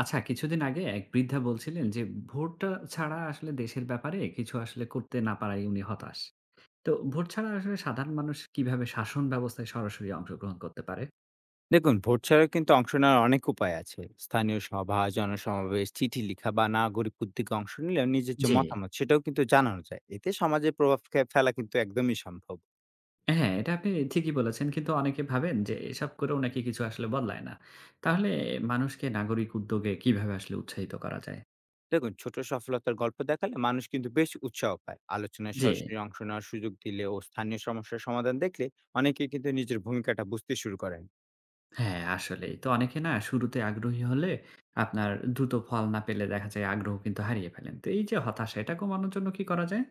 আচ্ছা, কিছুদিন আগে এক বৃদ্ধা বলছিলেন যে ভোটটা ছাড়া আসলে দেশের ব্যাপারে কিছু আসলে করতে না পারায় উনি হতাশ। তো ভোট ছাড়া আসলে সাধারণ মানুষ কিভাবে শাসন ব্যবস্থায় সরাসরি অংশগ্রহণ করতে পারে? দেখুন, ভোট ছাড়াও কিন্তু অংশ নেওয়ার অনেক উপায় আছে। স্থানীয় সভা, জনসমাবেশ, চিঠি লেখা বা নাগরিক উদ্যোগে অংশ নিলে নিজের যে জি। মতামত সেটাও কিন্তু জানানো যায়। এতে সমাজে প্রভাব ফেলা কিন্তু একদমই সম্ভব। হ্যাঁ, এটা আপনি ঠিকই বলেছেন, কিন্তু অনেকে ভাবেন যে এসব করেও নাকি কিছু আসলে বদলায় না। তাহলে মানুষকে নাগরিক উদ্যোগে কিভাবে আসলে উৎসাহিত করা যায়? দেখুন, ছোট সফলতার গল্প দেখালে মানুষ কিন্তু বেশ উৎসাহ পায়। আলোচনায় জি। সরাসরি অংশ নেওয়ার সুযোগ দিলে ও স্থানীয় সমস্যার সমাধান দেখলে অনেকেই কিন্তু নিজের ভূমিকাটা বুঝতে শুরু করেন। হ্যাঁ, আসলেই তো। অনেকে না শুরুতে আগ্রহী হলে আপনার দ্রুত ফল না পেলে দেখা যায় আগ্রহ কিন্তু হারিয়ে ফেলেন। তো এই যে হতাশা, এটা কমানোর জন্য কি করা যায়?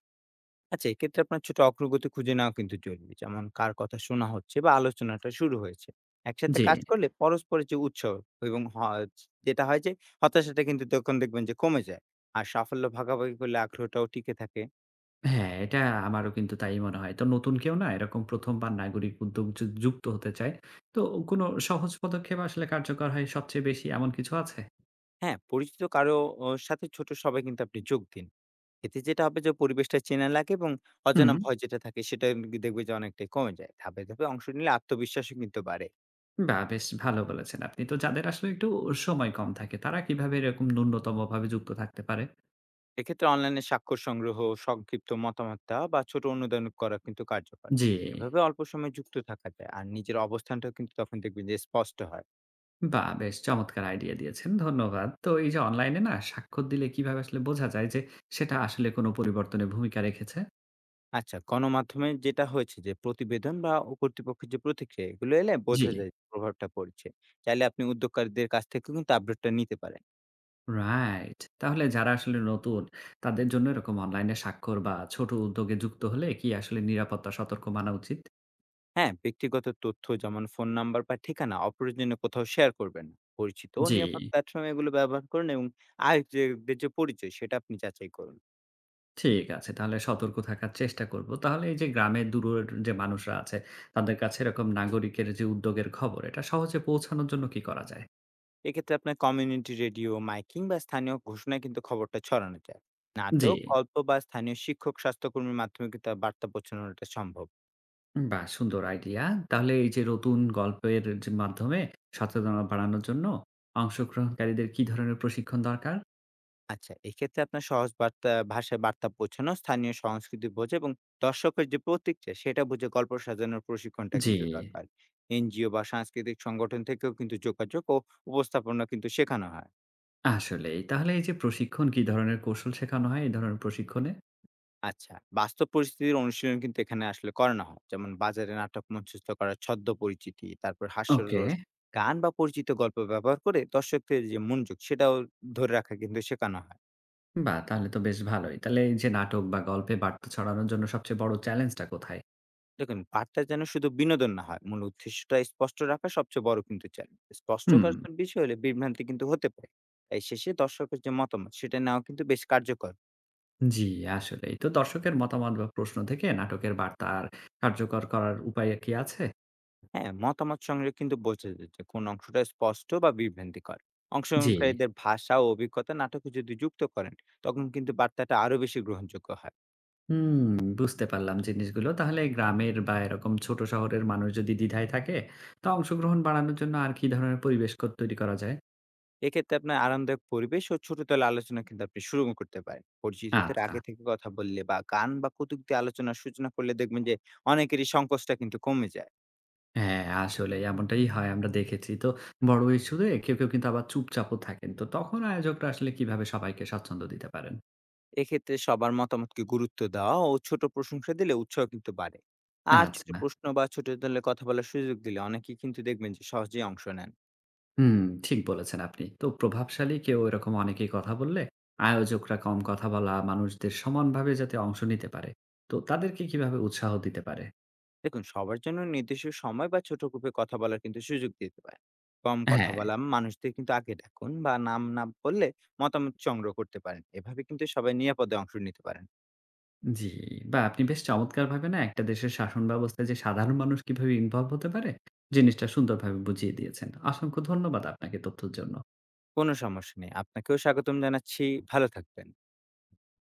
আচ্ছা, এক্ষেত্রে আপনার ছোট অগ্রগতি খুঁজে নেওয়া কিন্তু জরুরি। যেমন কার কথা শোনা হচ্ছে বা আলোচনাটা শুরু হয়েছে। একসাথে জি। কাজ করলে পরস্পরের যে উৎসাহ এবং হ যেটা হয় যে হতাশাটা কিন্তু তখন দেখবেন যে কমে যায়। আর সাফল্য ভাগাভাগি করলে আগ্রহটাও টিকে থাকে। হ্যাঁ, এটা আমারও কিন্তু তাই মনে হয়। তো নতুন কেউ না এরকম ১ম বার নাগরিক উদ্যোগ যুক্ত হতে চায়। তো কোনো সহজ পদক্ষেপ আসলে কার্যকর হয় সবচেয়ে বেশি, এমন কিছু আছে? হ্যাঁ, পরিচিত কারো ও সাথে ছোট সবাই কিন্তু আপনি যোগ দিন। এতে যেটা হবে যে পরিবেশটা চেনা লাগে, এবং হুম। অজানা ভয় যেটা থাকে সেটা দেখবে যে অনেকটাই কমে যায়। ধাপে ধাপে অংশ নিলে আত্মবিশ্বাসও কিন্তু বাড়ে। বাহ, বেশ ভালো বলেছেন আপনি। তো যাদের আসলে একটু সময় কম থাকে, তারা কিভাবে এরকম ন্যূনতম ভাবে যুক্ত থাকতে পারে? এক্ষেত্রে অনলাইনে স্বাক্ষর সংগ্রহ, সংক্ষিপ্ত মতামত দেওয়া বা ছোট অনুদান করা কিন্তু কার্যকর। জি। এভাবে অল্প সময় যুক্ত থাকা যায়, আর নিজের অবস্থানটাও কিন্তু তখন দেখবেন যে স্পষ্ট হয়। বাহ, বেশ চমৎকার আইডিয়া দিয়েছেন। ধন্যবাদ। তো এই যে অনলাইনে না স্বাক্ষর দিলে কিভাবে আসলে বোঝা যায় যে সেটা আসলে কোনো পরিবর্তনে ভূমিকা রেখেছে? আচ্ছা, গণমাধ্যমে যেটা হয়েছে যে প্রতিবেদন বা ও কর্তৃপক্ষের যে প্রতিক্রিয়া, এগুলো এলে জি। বোঝা যায় যে প্রভাবটা পড়ছে। চাইলে আপনি উদ্যোক্তাদের কাছ থেকেও কিন্তু আপডেটটা নিতে পারেন। রাইট। তাহলে যারা আসলে নতুন, তাদের জন্য এরকম অনলাইনে স্বাক্ষর বা ছোট উদ্যোগে যুক্ত হলে কি আসলে নিরাপত্তা সতর্ক মানা উচিত? হ্যাঁ, ব্যক্তিগত তথ্য যেমন ফোন নাম্বার বা ঠিকানা অপ্রয়োজনীয় কোথাও শেয়ার করবেন না। পরিচিত ও জি, নিরাপদ প্ল্যাটফর্ম এগুলো ব্যবহার করুন, এবং আয়োজকদের যে পরিচয় সেটা আপনি যাচাই করুন। ঠিক আছে। তাহলে সতর্ক থাকার চেষ্টা করব। তাহলে এই যে গ্রামের দূরের যে মানুষরা আছে, তাদের কাছে এরকম নাগরিকের যে উদ্যোগের খবর, এটা সহজে পৌঁছানোর জন্য কি করা যায়? এক্ষেত্রে আপনার কমিউনিটি রেডিও, মাইকিং বা স্থানীয় ঘোষণায় কিন্তু খবরটা ছড়ানো যায়। জি। নাটক, গল্প বা স্থানীয় শিক্ষক, স্বাস্থ্যকর্মীর মাধ্যমে কিন্তু আর বার্তা পৌঁছানোটা সম্ভব। বাহ, সুন্দর আইডিয়া। তাহলে এই যে নতুন গল্পের যে মাধ্যমে সচেতনতা বাড়ানোর জন্য অংশগ্রহণকারীদের কি ধরনের প্রশিক্ষণ দরকার? আচ্ছা, এক্ষেত্রে আপনার সহজ বার্তা, ভাষায় বার্তা পৌঁছানো, স্থানীয় সংস্কৃতি বোঝে, এবং দর্শকের যে প্রতিক্রিয়া সেটা বুঝে গল্প সাজানোর প্রশিক্ষণটা জি। কিন্তু দরকার। এনজিও বা সাংস্কৃতিক সংগঠন থেকেও কিন্তু যোগাযোগ ও উপস্থাপনা কিন্তু শেখানো হয়। আসলেই। তাহলে এই যে প্রশিক্ষণ, কি ধরনের কৌশল শেখানো হয় এই ধরনের প্রশিক্ষণে? আচ্ছা, বাস্তব পরিস্থিতির অনুশীলন কিন্তু এখানে আসলে করানো হয়। যেমন বাজারে নাটক মঞ্চস্থ করা, ছদ্ম পরিচিতি, তারপর ওকে। হাস্যরস, গান বা পরিচিত গল্প ব্যবহার করে দর্শকদের যে মনোযোগ সেটাও ধরে রাখা কিন্তু শেখানো হয়। বাহ, তাহলে তো বেশ ভালোই। তাহলে এই যে নাটক বা গল্পে বার্তা ছড়ানোর জন্য সবচেয়ে বড় চ্যালেঞ্জটা কোথায়? দেখুন, বার্তা যেন শুধু বিনোদন না হয়, মূল উদ্দেশ্যটা স্পষ্ট রাখা সবচেয়ে বড় কিন্তু চ্যালেঞ্জ। স্পষ্ট হুম। কাজ, বিষয় হলে বিভ্রান্তি কিন্তু হতে পারে। তাই শেষে দর্শকের যে মতামত সেটা নেওয়া কিন্তু বেশ কার্যকর। জি, আসলেই। তো দর্শকের মতামত বা প্রশ্ন থেকে নাটকের বার্তা আর কার্যকর করার উপায় কি আছে? হ্যাঁ, মতামত সংগ্রহে কিন্তু বোঝা যায় যে কোন অংশটা স্পষ্ট বা বিভ্রান্তিকর। জি। অংশগ্রহণকারীদের ভাষা ও অভিজ্ঞতা নাটকে যদি যুক্ত করেন, তখন কিন্তু বার্তাটা আরো বেশি গ্রহণযোগ্য হয়। হুম, বুঝতে পারলাম জিনিসগুলো। তাহলে গ্রামের বা এরকম ছোট শহরের মানুষ যদি দ্বিধায় থাকে, তা অংশগ্রহণ বাড়ানোর জন্য আর কি ধরনের পরিবেশ ক তৈরি করা যায়? এক্ষেত্রে আপনার আরামদায়ক পরিবেশ ও ছোট দলে আলোচনা কিন্তু আপনি শুরু করতে পারেন। পরিচিতদের আচ্ছা। আগে থেকে কথা বললে বা গান বা কৌতুক দিয়ে আলোচনার সূচনা করলে দেখবেন যে অনেকেরই সংকোচটা কিন্তু কমে যায়। হ্যাঁ, আসলে এমনটাই হয়, আমরা দেখেছি। তো বড় ইস্যুতে কেউ, কেউ কিন্তু আবার চুপচাপও থাকেন। তো তখন আয়োজকরা আসলে কিভাবে সবাইকে স্বাচ্ছন্দ্য দিতে পারেন? এক্ষেত্রে সবার মতামতকে গুরুত্ব দেওয়া ও ছোট প্রশংসা দিলে উৎসাহ কিন্তু বাড়ে। আর ছোট আচ্ছা। প্রশ্ন বা ছোট দলে কথা বলার সুযোগ দিলে অনেকেই কিন্তু দেখবেন যে সহজেই অংশ নেন। হুম, ঠিক বলেছেন আপনি। তো প্রভাবশালী কেউ এরকম অনেকেই কথা বললে আয়োজকরা কম কথা বলা মানুষদের সমানভাবে যাতে অংশ নিতে পারে, তো তাদেরকে কিভাবে উৎসাহ দিতে পারে? দেখুন, সবার জন্য নির্দিষ্ট সময় বা ছোট গ্রুপে কথা বলার কিন্তু সুযোগ দিতে পারেন। কম কথা হ্যাঁ, বলা মানুষদের কিন্তু আগে ডাকুন বা নাম না বললে মতামত সংগ্রহ করতে পারেন। এভাবে কিন্তু সবাই নিরাপদে অংশ নিতে পারেন। জি। বাহ, আপনি বেশ চমৎকারভাবে না একটা দেশের শাসন ব্যবস্থায় যে সাধারণ মানুষ কিভাবে ইনভলভ হতে পারে, জিনিসটা সুন্দরভাবে বুঝিয়ে দিয়েছেন। অসংখ্য ধন্যবাদ আপনাকে তথ্যের জন্য। কোনো সমস্যা নেই, আপনাকেও স্বাগতম জানাচ্ছি। ভালো থাকবেন।